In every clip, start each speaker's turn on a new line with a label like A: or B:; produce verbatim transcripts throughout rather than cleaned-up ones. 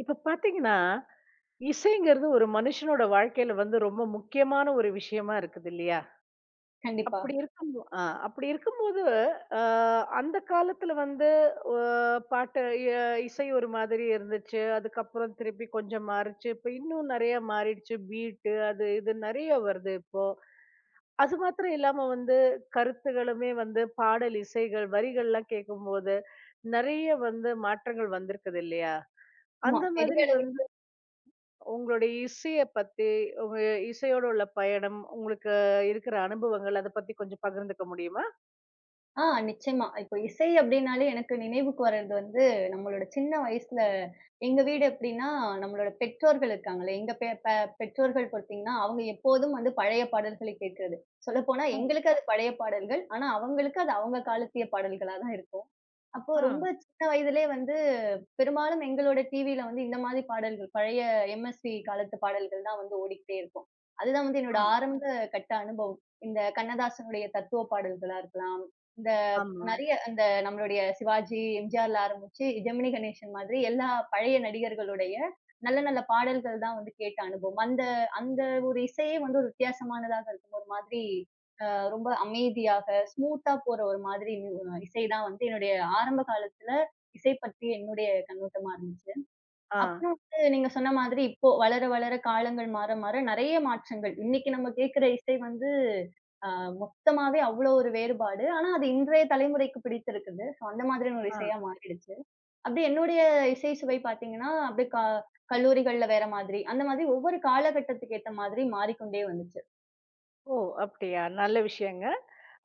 A: இப்ப பாத்தீங்கன்னா, இசைங்கிறது ஒரு மனுஷனோட வாழ்க்கையில வந்து ரொம்ப முக்கியமான ஒரு விஷயமா இருக்குது இல்லையா?
B: கண்டிப்பா.
A: அப்படி இருக்கும் அ அப்படி இருக்கும்போது, அ அந்த காலத்துல வந்து ஒ பாட்டு எ இசை ஒரு மாதிரி இருந்துச்சு. அதுக்கப்புறம் திருப்பி கொஞ்சம் மாறுச்சு. இப்ப இன்னும் நெறைய மாறிடுச்சு. பீட்டு அது இது நெறைய வருது இப்போ. அது மாத்திரம் இல்லாம வந்து கருத்துகளுமே வந்து பாடல் இசைகள், வரிகள்லாம் கேட்கும்போது, நெறைய வந்து மாற்றங்கள் வந்திருக்குது இல்லையா?
B: ஆமா,
A: அந்த
B: பெரிய
A: மாதிரி
B: அளவில்.
A: வந்து உங்களுடைய இசைய பத்தி, உங்க இசையோட உள்ள பயணம், உங்களுக்கு இருக்கிற அனுபவங்கள் அத பத்தி கொஞ்சம் பகிர்ந்துக்க முடியுமா?
B: ஆ நிச்சயமா. இப்போ இசை அப்டின்னாலே எனக்கு நினைவுக்கு வர்றது வந்து, நம்மளோட சின்ன வயசுல எங்க வீடு எப்டின்னா, நம்மளோட பெற்றோர்கள் இருக்காங்கல்ல, எங்க பெ பெ பெற்றோர்கள் பார்த்தீங்கன்னா, அவங்க எப்போதும் வந்து பழைய பாடல்களை கேட்கிறது. சொல்லப்போனா
A: ம்.
B: எங்களுக்கு அது பழைய பாடல்கள். ஆனா, அவங்களுக்கு அது அவங்க காலத்திய பாடல்களா தான் இருக்கும். அப்போ
A: ஆ,
B: ரொம்ப சின்ன வயதிலேயே வந்து பெரும்பாலும் எங்களோட டிவில வந்து இந்த மாதிரி பாடல்கள், பழைய எம்எஸ்வி காலத்து பாடல்கள் தான் வந்து ஓடிக்கிட்டே இருக்கும். அதுதான் வந்து என்னோட
A: ஆ,
B: ஆரம்ப கட்ட அனுபவம். இந்த கண்ணதாசனுடைய தத்துவ பாடல்களா இருக்கலாம். இந்த
A: ஆமா.
B: நெறைய அந்த நம்மளுடைய சிவாஜி, எம்ஜிஆர்ல ஆரம்பிச்சு ஜெமினி கணேசன் மாதிரி எல்லா பழைய நடிகர்களுடைய நல்ல நல்ல பாடல்கள் தான் வந்து கேட்ட அனுபவம். அந்த அந்த ஒரு இசையே வந்து ஒரு வித்தியாசமானதாக இருக்கும். ஒரு மாதிரி அ ரொம்ப அமைதியாக, ஸ்மூத்தா போற ஒரு மாதிரி இசை தான் வந்து என்னுடைய ஆரம்ப காலத்துல இசை பற்றி என்னுடைய கண்ணோட்டமா இருந்துச்சு.
A: ஆ,
B: அப்புறம் வந்து நீங்க சொன்ன மாதிரி இப்போ வளர, வளர காலங்கள் மாற, மாற நெறைய மாற்றங்கள். இன்னைக்கு நம்ம கேட்கிற இசை வந்து அ மொத்தமாவே அவ்ளோ ஒரு வேறுபாடு. ஆனா, அது இன்றைய தலைமுறைக்கு பிடித்திருக்குது. ஸோ அந்த மாதிரியான ஒரு
A: ஆ.
B: இசையா மாறிடுச்சு. அப்படி என்னுடைய இசை சுவை பார்த்தீங்கன்னா, அப்படியே க கல்லூரிகள்ல வேற மாதிரி, அந்த மாதிரி ஒவ்வொரு காலகட்டத்துக்கு ஏத்த மாதிரி மாறிக்கொண்டே வந்துச்சு.
A: ஓ! அப்படியா? நல்ல விஷயங்க.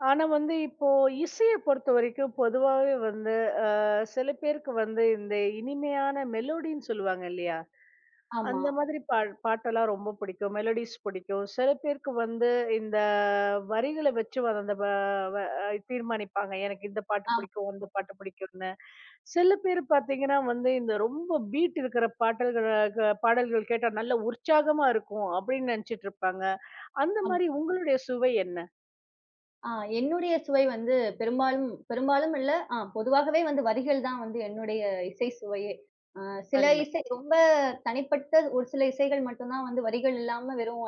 A: ஆனா வந்து இப்போ இசைய பொறுத்தவரைக்கும் பொதுவாவே வந்து, அ சில பேருக்கு வந்து இந்த இனிமையான மெலோடின்னு சொல்லுவாங்க இல்லையா?
B: ஆமா.
A: அந்த மாதிரி பா பாட்டெல்லாம் ரொம்ப பிடிக்கும். மெலோடிஸ் பிடிக்கும். சில பேருக்கு வந்து இந்த வரிகள வச்சு வ- அந்த வ வ அஹ் தீர்மானிப்பாங்க. எனக்கு இந்த பாட்டு
B: ஆ,
A: பிடிக்கும், அந்த பாட்டு பிடிக்கும்னு. சில பேர் பார்த்தீங்கன்னா வந்து இந்த ரொம்ப பீட் இருக்கிற பாட்டல்கள க பாடல்கள் கேட்டா நல்ல உற்சாகமா இருக்கும் அப்படின்னு நினைச்சிட்டு இருப்பாங்க. அந்த
B: ஆமா.
A: மாதிரி உங்களுடைய சுவை என்ன?
B: ஆ என்னுடைய சுவை வந்து பெரும்பாலும் பெரும்பாலும் இல்ல, ஆ பொதுவாகவே வந்து வரிகள் தான் வந்து என்னுடைய இசை சுவையே. அ சில
A: அருமை.
B: இசை ரொம்ப தனிப்பட்ட ஒரு சில இசைகள் மட்டும் தான் வந்து வரிகள் இல்லாம வெறும்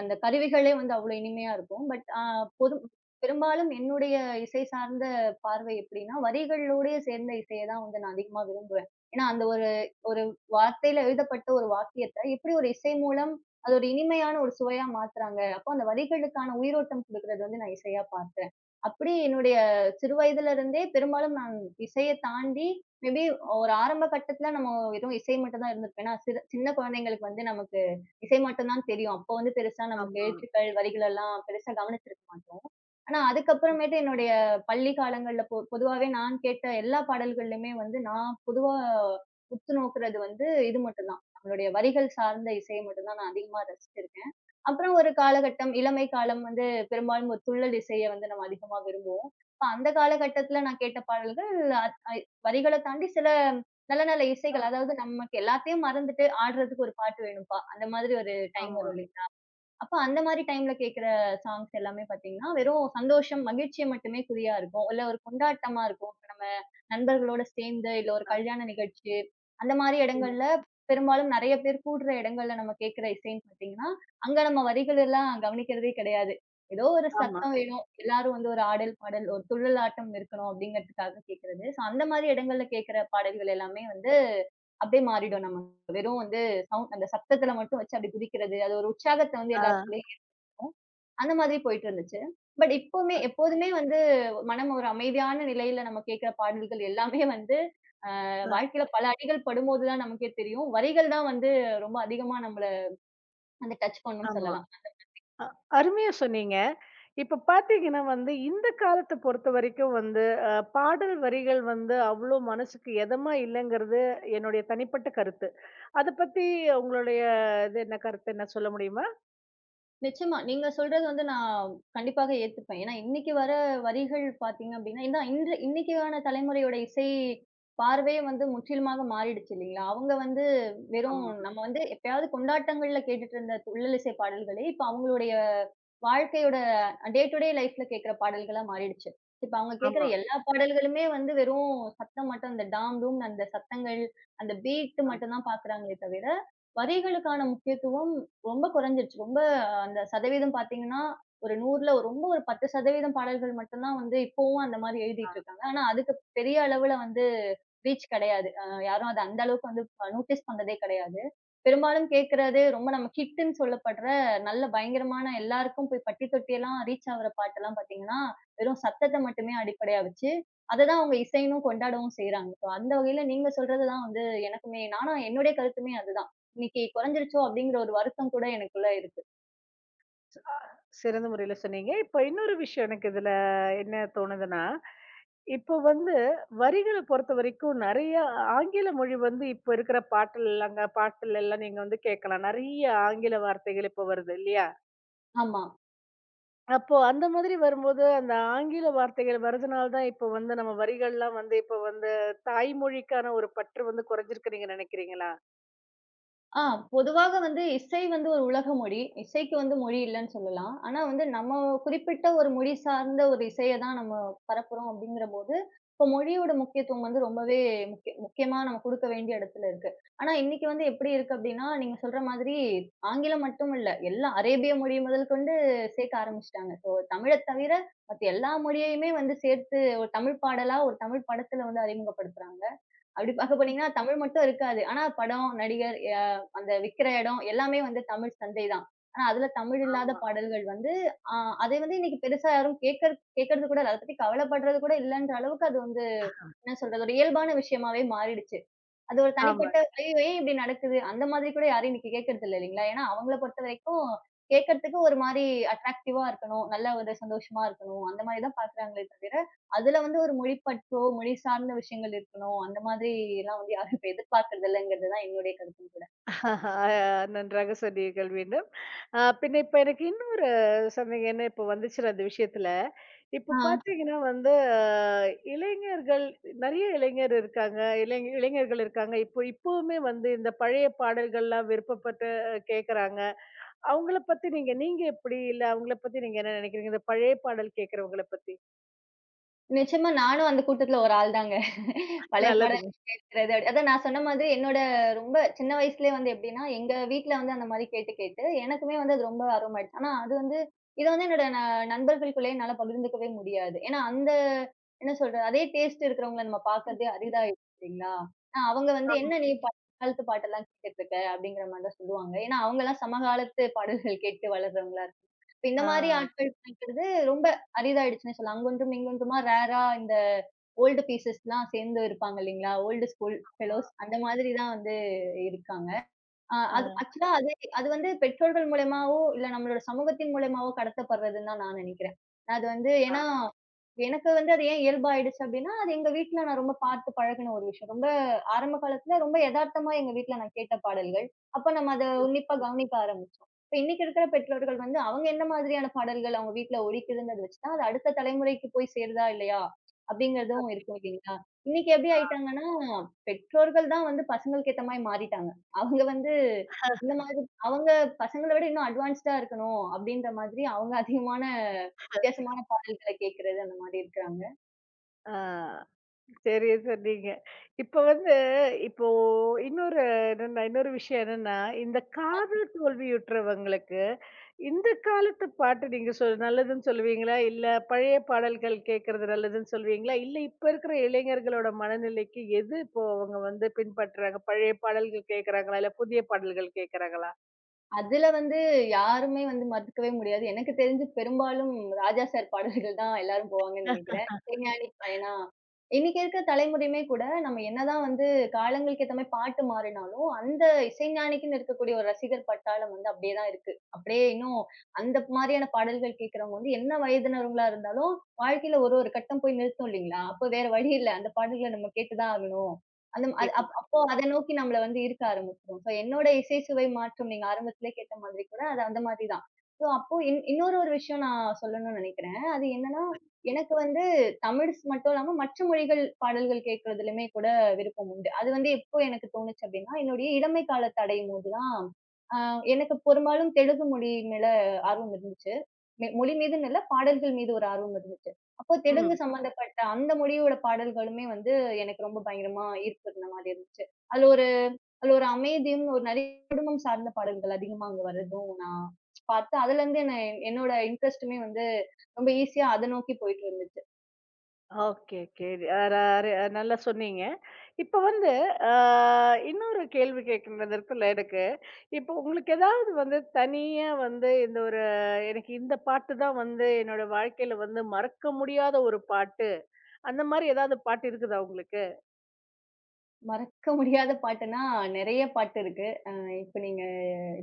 B: அந்த கருவிகளே வந்து அவ்ளோ இனிமையா இருக்கும். பட் அ பொது பெரும்பாலும் என்னுடைய இசை சார்ந்த பார்வை எப்படின்னா, வரிகளோடயே சேர்ந்த இசைய தான் வந்து நான் அதிகமா விரும்புவேன். ஏன்னா, அந்த ஒரு ஒரு வார்த்தையில எழுதப்பட்ட ஒரு வாக்கியத்த எப்படி ஒரு இசை மூலம் அது ஒரு இனிமையான ஒரு சுவையா மாத்துறாங்க. அப்போ அந்த வரிகளுக்கான உயிரோட்டம் குடுக்குறது வந்து நான் இசையா பார்த்தேன். அப்படி என்னுடைய சிறு வயதுல இருந்தே பெரும்பாலும் நான் இசைய தாண்டி மேபி ஒரு ஆரம்ப கட்டத்துல நம்ம வெறும் இசை மட்டும் தான் இருந்திருப்பேன். ஏன்னா, சிறு சின்ன குழந்தைங்களுக்கு வந்து நமக்கு இசை மட்டும் தான் தெரியும். அப்போ வந்து பெருசா நமக்கு
A: ஆமா.
B: எழுத்துக்கள், வரிகள் எல்லாம் பெருசா கவனிச்சிருக்க மாட்டோம். ஆனா அதுக்கப்புறமேட்டு என்னுடைய பள்ளி காலங்கள்ல பொ பொதுவாவே நான் கேட்ட எல்லா பாடல்கள்லயுமே வந்து நான் பொதுவா உத்து நோக்குறது வந்து இது மட்டும் தான். நம்மளுடைய வரிகள் சார்ந்த இசைய மட்டும் தான் நான் அதிகமா ரசிச்சிருக்கேன். அப்புறம் ஒரு காலகட்டம், இளமை காலம் வந்து பெரும்பாலும் ஒரு துள்ளல் இசைய வந்து நம்ம அதிகமா விரும்புவோம். அப்ப அந்த காலகட்டத்துல நான் கேட்ட பாடல்கள் அத் ஐ வரிகள தாண்டி சில நல்ல நல்ல
A: ஆ,
B: இசைகள். அதாவது நமக்கு எல்லாத்தையும் மறந்துட்டு ஆடுறதுக்கு ஒரு பாட்டு வேணும்ப்பா. அந்த மாதிரி ஒரு டைம்
A: ஆமா.
B: வரும் இல்லைங்களா? அப்ப அந்த மாரி டைம்ல கேட்கிற சாங்ஸ் எல்லாமே பார்த்தீங்கன்னா, வெறும் சந்தோஷம், மகிழ்ச்சிய மட்டுமே குறியா இருக்கும். இல்ல ஒரு கொண்டாட்டமா இருக்கும். இப்ப நம்ம நண்பர்களோட சேர்ந்து, இல்ல ஒரு
A: அ,
B: கல்யாண நிகழ்ச்சி, அந்த மாரி
A: ம்.
B: இடங்கள்ல பெரும்பாலும் நெறைய பேர் கூடுற இடங்கள்ல நம்ம கேட்கிற இசைன்னு பார்த்தீங்கன்னா, அங்க நம்ம வரிகள் எல்லாம் கவனிக்கிறதே கிடையாது. ஏதோ ஒரு
A: ஆமா.
B: சத்தம் வேணும். எல்லாரும் வந்து ஒரு ஆடல், பாடல், ஒரு துள்ளலாட்டம் இருக்கணும் அப்படிங்கிறதுக்காக கேட்கிறது. ஸோ அந்த மாரி இடங்கள்ல கேட்கிற பாடல்கள் எல்லாமே வந்து அப்படியே மாறிடும் நம்ம. வெறும் வந்து சவுண்ட் அந்த சத்தத்துல மட்டும் வச்சு அப்படி குதிக்கிறது. அது ஒரு உற்சாகத்த வந்து
A: ஆ,
B: எல்லாருக்குள்ளயும் இருக்கும். அந்த மாதிரி போயிட்டு இருந்துச்சு. பட் இப்பவுமே எப்போதுமே வந்து மனம் ஒரு அமைதியான நிலையில நம்ம கேட்கிற பாடல்கள் எல்லாமே வந்து அ
A: அ,
B: வாழ்க்கையில பல அடிகள் படும்போது தான் நமக்கே தெரியும். வரிகள் தான் வந்து ரொம்ப அதிகமா நம்மள வந்து டச் பண்ணும்னு
A: ஆமா.
B: சொல்லலாம்.
A: அ அருமையா சொன்னீங்க. இப்ப பாத்தீங்கன்னா வந்து இந்த காலத்த பொறுத்த வரைக்கும் வந்து அஹ், பாடல் வரிகள் வந்து அவ்வளோ மனசுக்கு எதமா இல்லைங்கிறது என்னுடைய தனிப்பட்ட கருத்து. அத பத்தி உங்களுடைய இது என்ன கருத்து, என்ன சொல்ல முடியுமா?
B: நிச்சயமா. நீங்க சொல்றது வந்து நான் கண்டிப்பாக ஏத்துப்பேன். ஏன்னா, இன்னைக்கு வர வரிகள் பார்த்தீங்க அப்படின்னா, இந்த இன்று இன்னைக்கான தலைமுறையோட இசை பார்வையே வந்து முற்றிலுமாக மாறிடுச்சு இல்லைங்களா? அவங்க வந்து வெறும்
A: ஆமா,
B: நம்ம வந்து எப்பயாவது கொண்டாட்டங்கள்ல கேட்டுட்டு இருந்த துள்ளல் இசை பாடல்களே, இப்ப அவங்களுடைய வாழ்க்கையோட டே டு டே லைஃப்ல கேட்கிற பாடல்களா மாறிடுச்சு. இப்ப அவங்க கேட்கிற
A: ஆமா.
B: எல்லா பாடல்களுமே வந்து வெறும் சத்தம் மட்டும் அந்த டாம், டூம் அந்த சத்தங்கள், அந்த பீட்
A: ஆ.
B: மட்டும் தான் பார்க்குறாங்களே தவிர, வரிகளுக்கான முக்கியத்துவம் ரொம்ப குறைஞ்சிருச்சு. ரொம்ப அஹ், அந்த சதவீதம் பார்த்தீங்கன்னா, ஒரு நூறுல ரொம்ப ஒரு பத்து சதவீதம் பாடல்கள் மட்டும் தான் வந்து இப்பவும் அந்த மாரி எழுதிட்டு இருக்காங்க. ஆனா அதுக்கு பெரிய அளவுல வந்து ரீச் கிடையாது. அ யாரும் அத அந்த அளவுக்கு வந்து நோட்டீஸ் பண்ணதே கிடையாது. பெரும்பாலும் கேட்கிறதே ரொம்ப நம்ம ஹிட்ன்னு சொல்லப்படுற நல்ல பயங்கரமான எல்லாருக்கும் போய் பட்டி தொட்டியெல்லாம் ரீச் ஆகுற பாட்டெல்லாம் பார்த்தீங்கன்னா, வெறும் சத்தத்த மட்டுமே அடிப்படையா வச்சு, அததான் அவங்க இசைன்னும் கொண்டாடவும் செய்றாங்க. ஸோ அந்த வகையில நீங்க சொல்றது தான் வந்து எனக்குமே நானும் என்னுடைய கருத்துமே அதுதான். இன்னைக்கு குறைஞ்சிருச்சோ! அப்படிங்கிற ஒரு வருத்தம் கூட எனக்குள்ள இருக்கு.
A: சிறந்த முறையில சொன்னீங்க. இப்ப இன்னொரு விஷயம் எனக்கு இதுல என்ன தோணுதுன்னா, இப்போ வந்து வரிகளை பொறுத்த வரைக்கும் நிறைய ஆங்கில மொழி வந்து இப்போ இருக்கிற பாட்டுல எல்லாங்க பாட்டுல எல்லாம் நீங்க வந்து கேட்கலாம், நிறைய ஆங்கில வார்த்தைகள் இப்போ வருது இல்லையா?
B: ஆமா.
A: அப்போ அந்த மாதிரி வரும்போது, அந்த ஆங்கில வார்த்தைகள் வரதுனால தான் இப்போ வந்து நம்ம வரிகள்லாம் வந்து இப்போ வந்து தாய்மொழிக்கான ஒரு பற்று வந்து குறைஞ்சிருக்கு நீங்க நினைக்கிறீங்களா?
B: ஆ பொதுவாக வந்து இசை வந்து ஒரு உலக மொழி. இசைக்கு வந்து மொழி இல்லன்னு சொல்லலாம். ஆனா வந்து நம்ம குறிப்பிட்ட ஒரு மொழி சார்ந்த ஒரு இசைய தான் நம்ம பரப்புறோம் அப்படிங்கிறபோது, இப்போ மொழியோட முக்கியத்துவம் வந்து ரொம்பவே முக்கிய முக்கியமா நம்ம குடுக்க வேண்டிய இடத்துல இருக்கு. ஆனா இன்னைக்கு வந்து எப்படி இருக்கு அப்படின்னா, நீங்க சொல்ற மாதிரி ஆங்கிலம் மட்டும் இல்ல. எல்லா அரேபிய மொழி முதல் கொண்டு சேர்க்க ஆரம்பிச்சுட்டாங்க. ஸோ தமிழத் தவிர மத்த எல்லா மொழியையுமே வந்து சேர்த்து ஒரு தமிழ் பாடலா, ஒரு தமிழ் படத்துல வந்து அறிமுகப்படுத்துறாங்க. அப்படி பாக்க
A: ம்.
B: போனீங்கன்னா, தமிழ் மட்டும் இருக்காது. ஆனா படம், நடிகர் அ அந்த விக்கிற இடம் எல்லாமே வந்து தமிழ் சந்தை தான். ஆனா அதுல தமிழ் இல்லாத
A: ஆமா,
B: பாடல்கள் வந்து அ அதை வந்து இன்னைக்கு பெருசா யாரும் கேட்கற கேட்கறது கூட இல்ல. அத பத்தி கவலைப்படுறது கூட இல்லன்ற அளவுக்கு அது வந்து என்ன சொல்றது? ஒரு இயல்பான விஷயமாவே மாறிடுச்சு. அது ஒரு
A: ஆமா.
B: தனிப்பட்ட "ஐயோ! ஏன் இப்படி நடக்குது?" அந்த மாதிரி கூட யாரையும் இன்னைக்கு கேட்கறது இல்ல இல்லைங்களா? ஏன்னா அவங்கள பொறுத்தவரைக்கும் கேட்கறதுக்கு ஒரு மாரி அட்ராக்டிவா இருக்கணும். நல்ல ஒரு சந்தோஷமா இருக்கணும். அந்த மாரி தான் பார்க்குறாங்களே தவிர, அதுல வந்து ஒரு மொழிப்பற்றோ, மொழி சார்ந்த விஷயங்கள் இருக்கணும். அந்த மாதிரிலாம் வந்து யாரும் இப்ப எதிர்பார்க்கறது இல்லங்கிறது தான் என்னுடைய கருத்தும் கூட.
A: ஆஹ் நன்றாக சொன்னீர்கள் மீண்டும். அ பின்ன இப்ப எனக்கு இன்னொரு சந்தேகம் என்ன இப்போ வந்துச்சுனா, அந்த விஷயத்துல. இப்போ
B: ஆ.
A: பார்த்தீங்கன்னா வந்து ஆஹ் இளைஞர்கள், நெறைய இளைஞர் இருக்காங்க. இளைஞ இளைஞர்கள் இருக்காங்க. இப்போ இப்பவுமே வந்து இந்த பழைய பாடல்கள்லாம் விருப்பப்பட்டு கேட்கறாங்க. அவங்கள பத்தி நீங்க நீங்க எப்படி? இல்ல அவங்கள பத்தி நீங்க என்ன நெனைக்கிறீங்க? இந்த பழைய பாடல் கேட்கிறவங்கள பத்தி?
B: நிச்சயமா நானும் அந்த கூட்டத்துல ஒரு ஆள் தாங்க. பழைய பாடல்
A: நல்லதுங்க.
B: கேட்கிறது. அதான் நான் சொன்ன மாதிரி என்னோட ரொம்ப சின்ன வயசுலயே வந்து எப்படின்னா, எங்க வீட்ல வந்து அந்த மாரி கேட்டு, கேட்டு எனக்குமே வந்து அது ரொம்ப ஆர்வமாயிடுச்சு. ஆனா அது வந்து இத வந்து என்னோட ந நண்பர்களுக்குள்ளயே என்னால பகிர்ந்துக்கவே முடியாது. ஏன்னா அந்த என்ன சொல்றது? அதே டேஸ்ட் இருக்கிறவங்கள நம்ம
A: ம்.
B: பார்க்கறதே அரிதாயிடுச்சு இல்லைங்களா? ஆனா அவங்க வந்து
A: ஆமா.
B: "என்ன நீ பழைய காலத்து பாட்டெல்லாம் கேட்டுட்டு இருக்க?" அப்படிங்கிற மாரி தான் சொல்லுவாங்க. ஏன்னா அவங்கலாம் சமகாலத்து பாடல்கள் கேட்டு வளர்றவங்களா இப்ப இந்த
A: ஆ,
B: மாரி ஆட்கள் கிடைக்கிறது ரொம்ப அரிதாயிடுச்சுன்னே சொல்லலாம். அங்கொன்றும், இங்கொன்றுமா ரேரா இந்த ஓல்டு பீசஸ்லாம் சேர்ந்து இருப்பாங்க இல்லைங்களா? ஓல்டு ஸ்கூல் ஃபெலோஸ் அந்த மாதிரி தான் வந்து இருக்காங்க. ஆ
A: ஆ,
B: அது ஆக்சுவலா அது அது வந்து பெற்றோர்கள் மூலியமாவோ, இல்ல நம்மளோட சமூகத்தின் மூலியமாவோ கடத்தப்படுறதுன்னு தான் நான் நினைக்கிறேன். அது வந்து
A: ஆ.
B: ஏன்னா, எனக்கு வந்து அது ஏன் இயல்பாயிடுச்சு அப்டின்னா, அது எங்க வீட்ல நான் ரொம்ப பார்த்து பழகுன ஒரு விஷயம். ரொம்ப ஆரம்ப காலத்துல ரொம்ப எதார்த்தமா எங்க வீட்ல நான் கேட்ட பாடல்கள். அப்ப நம்ம அத உன்னிப்பா கவனிக்க ஆரம்பிச்சோம். இப்ப இன்னைக்கு இருக்கிற பெற்றோர்கள் வந்து அவங்க எந்த மாதிரியான பாடல்கள் அவங்க வீட்ல ஒலிக்குதுன்றத வச்சு தான், அது அடுத்த தலைமுறைக்கு போய் சேருதா இல்லையா? அப்டிங்கிறதும் இருக்கும் இல்லைங்களா? இன்னைக்கு எப்டி ஆயிட்டாங்கன்னா, பெற்றோர்கள் தான் வந்து பசங்களுக்கு ஏத்த மாரி மாறிட்டாங்க. அவங்க வந்து இந்த மாதிரி அவங்க பசங்கள விட இன்னும் அட்வான்ஸ்டா இருக்கணும், அப்படின்ற மாதிரி அவங்க அதிகமான வித்தியாசமான பாடல்கள கேட்கிறது அந்த மாரி இருக்கிறாங்க.
A: ஆ. சரியா சொன்னீங்க. இப்ப வந்து இப்போ இன்னொரு என்னன்னா இன்னொரு விஷயம் என்னன்னா, இந்த காதல் தோல்வியுற்றவங்களுக்கு, இந்த காலத்து பாட்டு நீங்க சொல் நல்லதுன்னு சொல்லுவீங்களா? இல்ல பழைய பாடல்கள் கேட்கறது நல்லதுன்னு சொல்லுவீங்களா? இல்ல இப்ப இருக்கிற இளைஞர்களோட மனநிலைக்கு எது இப்போ அவங்க வந்து பின்பற்றுறாங்க? பழைய பாடல்கள் கேட்கறாங்களா? இல்ல புதிய பாடல்கள் கேட்கறாங்களா?
B: அதுல வந்து யாருமே வந்து மறுக்கவே முடியாது. எனக்கு தெரிஞ்சு பெரும்பாலும் ராஜா சார் பாடல்கள் தான் எல்லாரும் போவாங்கன்னு நெனைக்கிறேன். இசைஞானி. ஏன்னா, இன்னைக்கு இருக்கிற தலைமுறையுமே கூட நம்ம என்னதான் வந்து காலங்களுக்கு ஏத்த மாரி பாட்டு மாறினாலும், அந்த இசைஞானிக்குன்னு இருக்கக்கூடிய ஒரு ரசிகர் பட்டாளம் வந்து அப்படியே தான் இருக்கு. அப்படியே இன்னும் அந்த மாரியான பாடல்கள் கேட்கிறவங்க வந்து என்ன வயதினவங்களா இருந்தாலும், வாழ்க்கையில ஒரு ஒரு கட்டம் போய் நிறுத்தும் இல்லைங்களா? அப்ப வேற வழி இல்ல. அந்த பாடல்கள நம்ம கேட்டு தான் ஆகணும். அந்த ம- அது அப்
A: கேட்டுருவேன்.
B: அப்போ அத நோக்கி நம்மள வந்து ஈர்க்க ஆரம்பிச்சுரும். சோ என்னோட இசை சுவை மாற்றம் நீங்க ஆரம்பத்திலே கேட்ட மாதிரி கூட அது அந்த மாதிரி தான். சோ அப்போ இன் இன்னொரு ஒரு விஷயம் நான் சொல்லணும்னு நெனைக்கிறேன். அது என்னன்னா, எனக்கு வந்து தமிழ் ஸ் மட்டும் இல்லாம மற்ற மொழிகள் பாடல்கள் கேட்கிறதுலயுமே கூட விருப்பம் உண்டு. அது வந்து எப்போ எனக்கு தோணுச்சு அப்டின்னா, என்னுடைய இளமை காலத்த அடையும்போது தான், ஆ எனக்கு பெரும்பாலும் தெலுங்கு மொழி மேல ஆர்வம் இருந்துச்சு. மொ- மொழி மீதுன்னு இல்ல, பாடல்கள் மீது ஒரு ஆர்வம் இருந்துச்சு. அப்போ தெலுங்கு
A: ம்.
B: சம்மந்தப்பட்ட அந்த மொழியோட பாடல்களுமே வந்து எனக்கு ரொம்ப பயங்கரமா ஈர்ப்பிருந்த மாரி இருந்துச்சு. அதுல ஒரு அதுல ஒரு அமைதியும், ஒரு நிறைய குடும்பம் சார்ந்த பாடல்கள் அதிகமா அங்க வரதும் நான் பார்த்து, அதுலருந்து என்ன என்னோட இன்ட்ரெஸ்ட்டுமே வந்து ரொம்ப ஈஸியா அத நோக்கி போயிட்டு இருந்துச்சு.
A: Okay, okay. ர ர நல்லா சொன்னீங்க. இப்ப வந்து அ இன்னொரு கேள்வி கேட்கணும் இந்த இடத்துல எனக்கு. இப்போ உங்களுக்கு ஏதாவது வந்து தனியா வந்து இந்த ஒரு எனக்கு இந்த பாட்டு தான் வந்து என்னோட வாழ்க்கையில வந்து மறக்க முடியாத ஒரு பாட்டு. அந்த மாரி ஏதாவது பாட்டு இருக்குதா உங்களுக்கு?
B: மறக்க முடியாத பாட்டுன்னா நெறைய பாட்டு இருக்கு. அ இப்ப நீங்க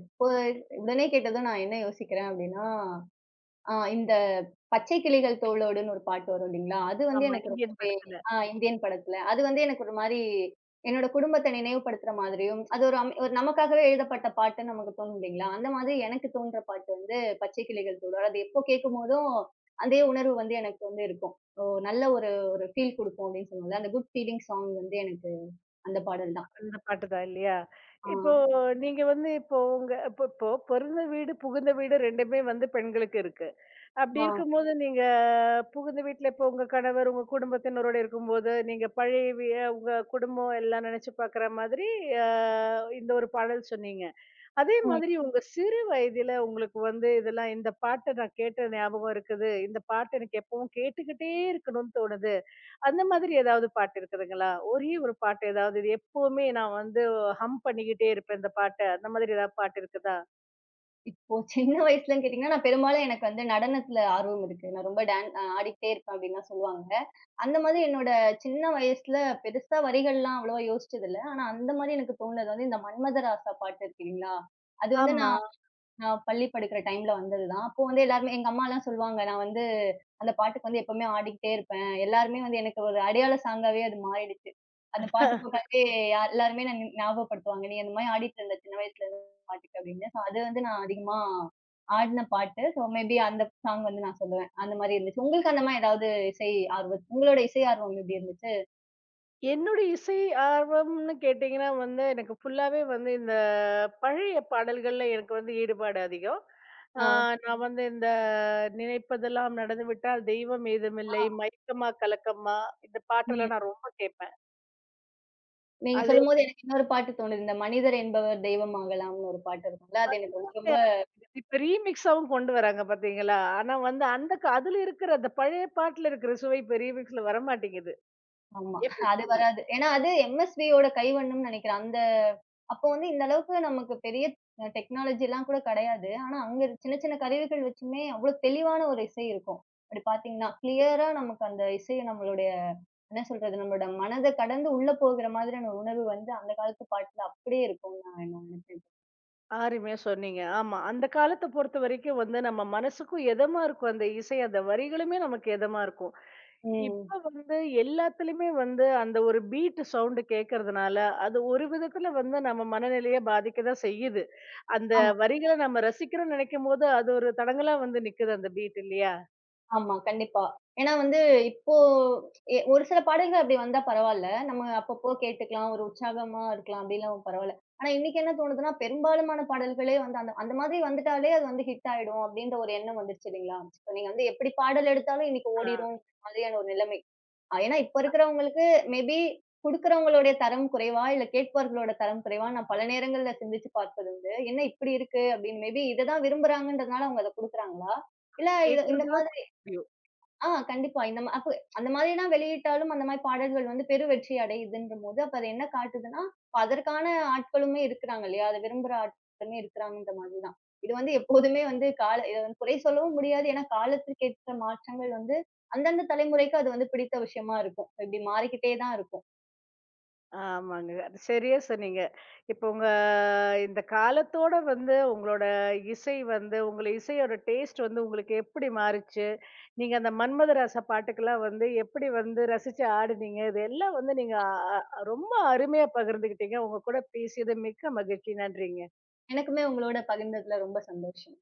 B: இப்போ உடனே கேட்டதும் நான் என்ன யோசிக்கிறேன் அப்டின்னா, அ இந்த பச்சை கிளிகள் தோளோடுன்னு ஒரு பாட்டு வரும் இல்லீங்களா? அது வந்து
A: ஆமா.
B: எனக்கு
A: இந்தியன்
B: ரொம்பவே.
A: படத்துல.
B: ஆ இந்தியன் படத்துல. அது வந்து எனக்கு ஒரு மாரி என்னோட குடும்பத்த நினைவுபடுத்துற மாதிரியும், அது ஒரு அம் ஒரு நமக்காகவே எழுதப்பட்ட பாட்டுன்னு நமக்கு தோணும் இல்லீங்களா? அந்த மாதிரி எனக்கு தோன்ற பாட்டு வந்து பச்சை கிளிகள் தோளோடு. அது எப்போ கேட்கும்போதும், அதே உணர்வு வந்து எனக்கு வந்து இருக்கும். ஓ! நல்ல ஒரு ஒரு ஃபீல் குடுக்கும் அப்படின்னு சொல்லுவோம்ல. அந்த குட் ஃபீலிங் சாங் வந்து எனக்கு அந்த பாடல் தான்.
A: அந்த பாட்டு தான் இல்லையா?
B: ஆ.
A: இப்போ நீங்க வந்து இப்போ உங்க இப்போ இப்போ பிறந்த வீடு, புகுந்த வீடு ரெண்டுமே வந்து பெண்களுக்கு இருக்கு. அப்படி
B: ஆ.
A: இருக்கும்போது நீங்க புகுந்த வீட்ல இப்போ உங்க கணவர், உங்க குடும்பத்தினரோட இருக்கும்போது, நீங்க பழைய வி உங்க குடும்பம் எல்லாம் நெனச்சு பாக்குற மாதிரி அ இந்த ஒரு பாடல் சொன்னீங்க. அதே
B: ம்.
A: மாதிரி உங்க சிறு வயதில உங்களுக்கு வந்து இதெல்லாம் இந்த பாட்ட நான் கேட்ட ஞாபகம் இருக்குது. இந்த பாட்டு எனக்கு எப்பவும் கேட்டுக்கிட்டே இருக்கணும்னு தோணுது. அந்த மாதிரி ஏதாவது பாட்டு இருக்குதுங்களா? ஒரே ஒரு பாட்டு ஏதாவது, இது எப்பவுமே நான் வந்து ஹம் பண்ணிக்கிட்டே இருப்பேன் இந்த பாட்ட. அந்த மாதிரி ஏதாவது பாட்டு இருக்குதா?
B: இப்போ சின்ன வயசுலன்னு கேட்டீங்கன்னா, நான் பெரும்பாலும் எனக்கு வந்து நடனத்துல ஆர்வம் இருக்கு. நான் ரொம்ப டான் அ ஆடிக்கிட்டே இருப்பேன் அப்டின்லாம் சொல்லுவாங்க. அந்த மாதிரி என்னோட சின்ன வயசுல பெருசா வரிகள்லாம் அவ்வளவா யோசிச்சது இல்ல. ஆனா அந்த மாரி எனக்கு தோணுனது வந்து இந்த மன்மதராசா பாட்டு இருக்கு இல்லீங்களா? அது வந்து
A: ஆமா.
B: நான் நான் பள்ளி படிக்கிற டைம்ல வந்தது தான். அப்போ வந்து எல்லாருமே எங்க அம்மாலாம் சொல்லுவாங்க, நான் வந்து அந்த பாட்டுக்கு வந்து எப்பவுமே ஆடிக்கிட்டே இருப்பேன். எல்லாருமே வந்து எனக்கு ஒரு அடையாள சாங்காவே அது மாறிடுச்சு. அந்த பாட்டு போட்டாலே யா எல்லாருமே என்ன ஞ ஞாபகப்படுத்துவாங்க. "நீ அந்த மாரி ஆடிட்டு இருந்த சின்ன வயசுல இருந்த பாட்டுக்கு" அப்படின்னு. ஸோ அது வந்து நான் அதிகமா ஆடின பாட்டு. ஸோ மேபி அந்த சாங் வந்து நான் சொல்லுவேன். அந்த மாரி இருந்துச்சு. உங்களுக்கு அந்த மாரி ஏதாவது இசை ஆர்வம் உங்களோட இசை ஆர்வம் எப்படி இருந்துச்சு?
A: என்னுடைய இசை ஆர்வம்னு கேட்டீங்கன்னா வந்து, எனக்கு ஃபுல்லாவே வந்து இந்த பழைய பாடல்கள்ல எனக்கு வந்து ஈடுபாடு அதிகம். ஆ,
B: ஆ,
A: நான் வந்து இந்த நினைப்பதெல்லாம் நடந்துவிட்டால் தெய்வம்
B: ஆ,
A: ஏதுமில்லை, மயக்கமா கலக்கமா, இந்த
B: ம்.
A: பாட்டெல்லாம் நான் ரொம்ப கேட்பேன்.
B: நீங்க
A: அது
B: சொல்லும்போது எனக்கு இன்னொரு பாட்டு தோணுது. இந்த "மனிதர் என்பவர் தெய்வம் ஆகலாம்னு" ஒரு பாட்டு இருக்கும்ல. அது எனக்கு ரொம்ப
A: வந்து
B: ரொம்ப
A: இப்ப ரீமிக்ஸாவும் கொண்டு வராங்க பார்த்தீங்களா? ஆனா வந்து அந்த க அதுல இருக்கிற அந்த பழைய பாட்டுல இருக்கிற சுவை இப்ப ரீமிக்ஸ்ல வரமாட்டேங்குது.
B: ஆமா. அது
A: எஃபெக்ட்.
B: வராது. ஏன்னா அது எம்எஸ்வியோட கைவண்ணம்னு நெனைக்கிறேன். அந்த அப்போ வந்து இந்த அளவுக்கு நமக்கு பெரிய அ டெக்னாலஜிலாம் கூட கெடையாது. ஆனா அங்க இருக்க சின்ன சின்ன கருவிகள் வச்சுமே அவ்ளோ தெளிவான ஒரு இசை இருக்கும். அப்படி பார்த்தீங்கன்னா, கிளியரா நமக்கு அந்த இசை நம்மளுடைய என்ன சொல்றது? நம்மளோட மனத கடந்து உள்ள போகிற மாதிரியான உணர்வு வந்து அந்த காலத்து பாட்டுல அப்படியே இருக்கும்னு நான் நான் நினைக்கிறேன்.
A: அருமையா சொன்னீங்க. ஆமா. அந்த காலத்த பொறுத்தவரைக்கும் வந்து நம்ம மனசுக்கும் எதமா இருக்கும் அந்த இசை, அந்த வரிகளுமே நமக்கு எதமா இருக்கும்.
B: ம்.
A: இப்ப வந்து எல்லாத்துலயுமே வந்து அந்த ஒரு பீட் சவுண்ட் கேட்கறதுனால, அது ஒரு விதத்துல வந்து நம்ம மனநிலைய பாதிக்க தான் செய்யுது. அந்த
B: ஆமா.
A: வரிகள நம்ம ரசிக்கிறோம்னு நெனைக்கும்போது, அது ஒரு தடங்கலா வந்து நிக்குது அந்த பீட் இல்லையா?
B: ஆமா, கண்டிப்பா. ஏன்னா வந்து இப்போ எ ஒரு சில பாடல்கள் அப்படி வந்தா பரவால்ல. நம்ம அப்பப்போ கேட்டுக்கலாம். ஒரு உற்சாகமா இருக்கலாம். அப்படிலாம் பரவால்ல. ஆனா இன்னைக்கு என்ன தோணுதுன்னா, பெரும்பாலுமான பாடல்களே வந்து அந்த அந்த மாதிரி வந்துட்டாலே அது வந்து ஹிட் ஆயிடும் அப்படின்ற ஒரு எண்ணம் வந்துருச்சு இல்லைங்களா? இப்ப நீங்க வந்து எப்படி பாடல் எடுத்தாலும் இன்னைக்கு
A: ஆ,
B: ஓடிரும் மாதிரியான ஒரு நிலைமை. அ ஏன்னா இப்ப இருக்கிறவங்களுக்கு மேபி குடுக்கிறவங்களுடைய தரம் குறைவா, இல்ல கேட்பவர்களோட தரம் குறைவா நான் பல நேரங்கள்ல சிந்திச்சு பார்ப்பது உண்டு. என்ன இப்படி இருக்கு அப்படின்னு மேபி இத தான் விரும்புறாங்கன்றதுனால அவங்க அத குடுக்குறாங்களா? இல்ல இத இந்த
A: கேட்கறது தான்.
B: மாதிரி ஆ கண்டிப்பா. இந்த மா அப்ப அந்த மாதிரிலாம் வெளியிட்டாலும், அந்த மாரி பாடல்கள் வந்து பெரு வெற்றி அடையுதுன்றபோது, அப்ப அது என்ன காட்டுதுன்னா, அப்ப அதற்கான ஆட்களுமே இருக்கிறாங்க இல்லையா? அத விரும்புற ஆட்களுமே இருக்கிறாங்கன்ற மாதிரி தான். இது வந்து எப்போதுமே வந்து கால இத வந்து குறை சொல்லவும் முடியாது. ஏன்னா, காலத்திற்கேற்ற மாற்றங்கள் வந்து அந்தந்த தலைமுறைக்கு அது வந்து பிடித்த விஷயமா இருக்கும். இப்டி மாறிக்கிட்டே தான் இருக்கும்.
A: ஆமாங்க. அது சரியா சொன்னீங்க. இப்போ உங்க இந்த காலத்தோட வந்து உங்களோட இசை வந்து உங்கள இசையோட டேஸ்ட் வந்து உங்களுக்கு எப்படி மாறுச்சு? நீங்க அந்த மன்மதராசா பாட்டுக்கெல்லாம் வந்து எப்படி வந்து ரசிச்சு ஆடுனீங்க? இது எல்லாம் வந்து நீங்க அ அ ரொம்ப அருமையா பகிர்ந்துக்கிட்டீங்க. உங்க கூட பேசியது மிக்க மகிழ்ச்சி. நன்றிங்க.
B: எனக்குமே உங்களோட பகிர்ந்ததுல ரொம்ப சந்தோஷம்.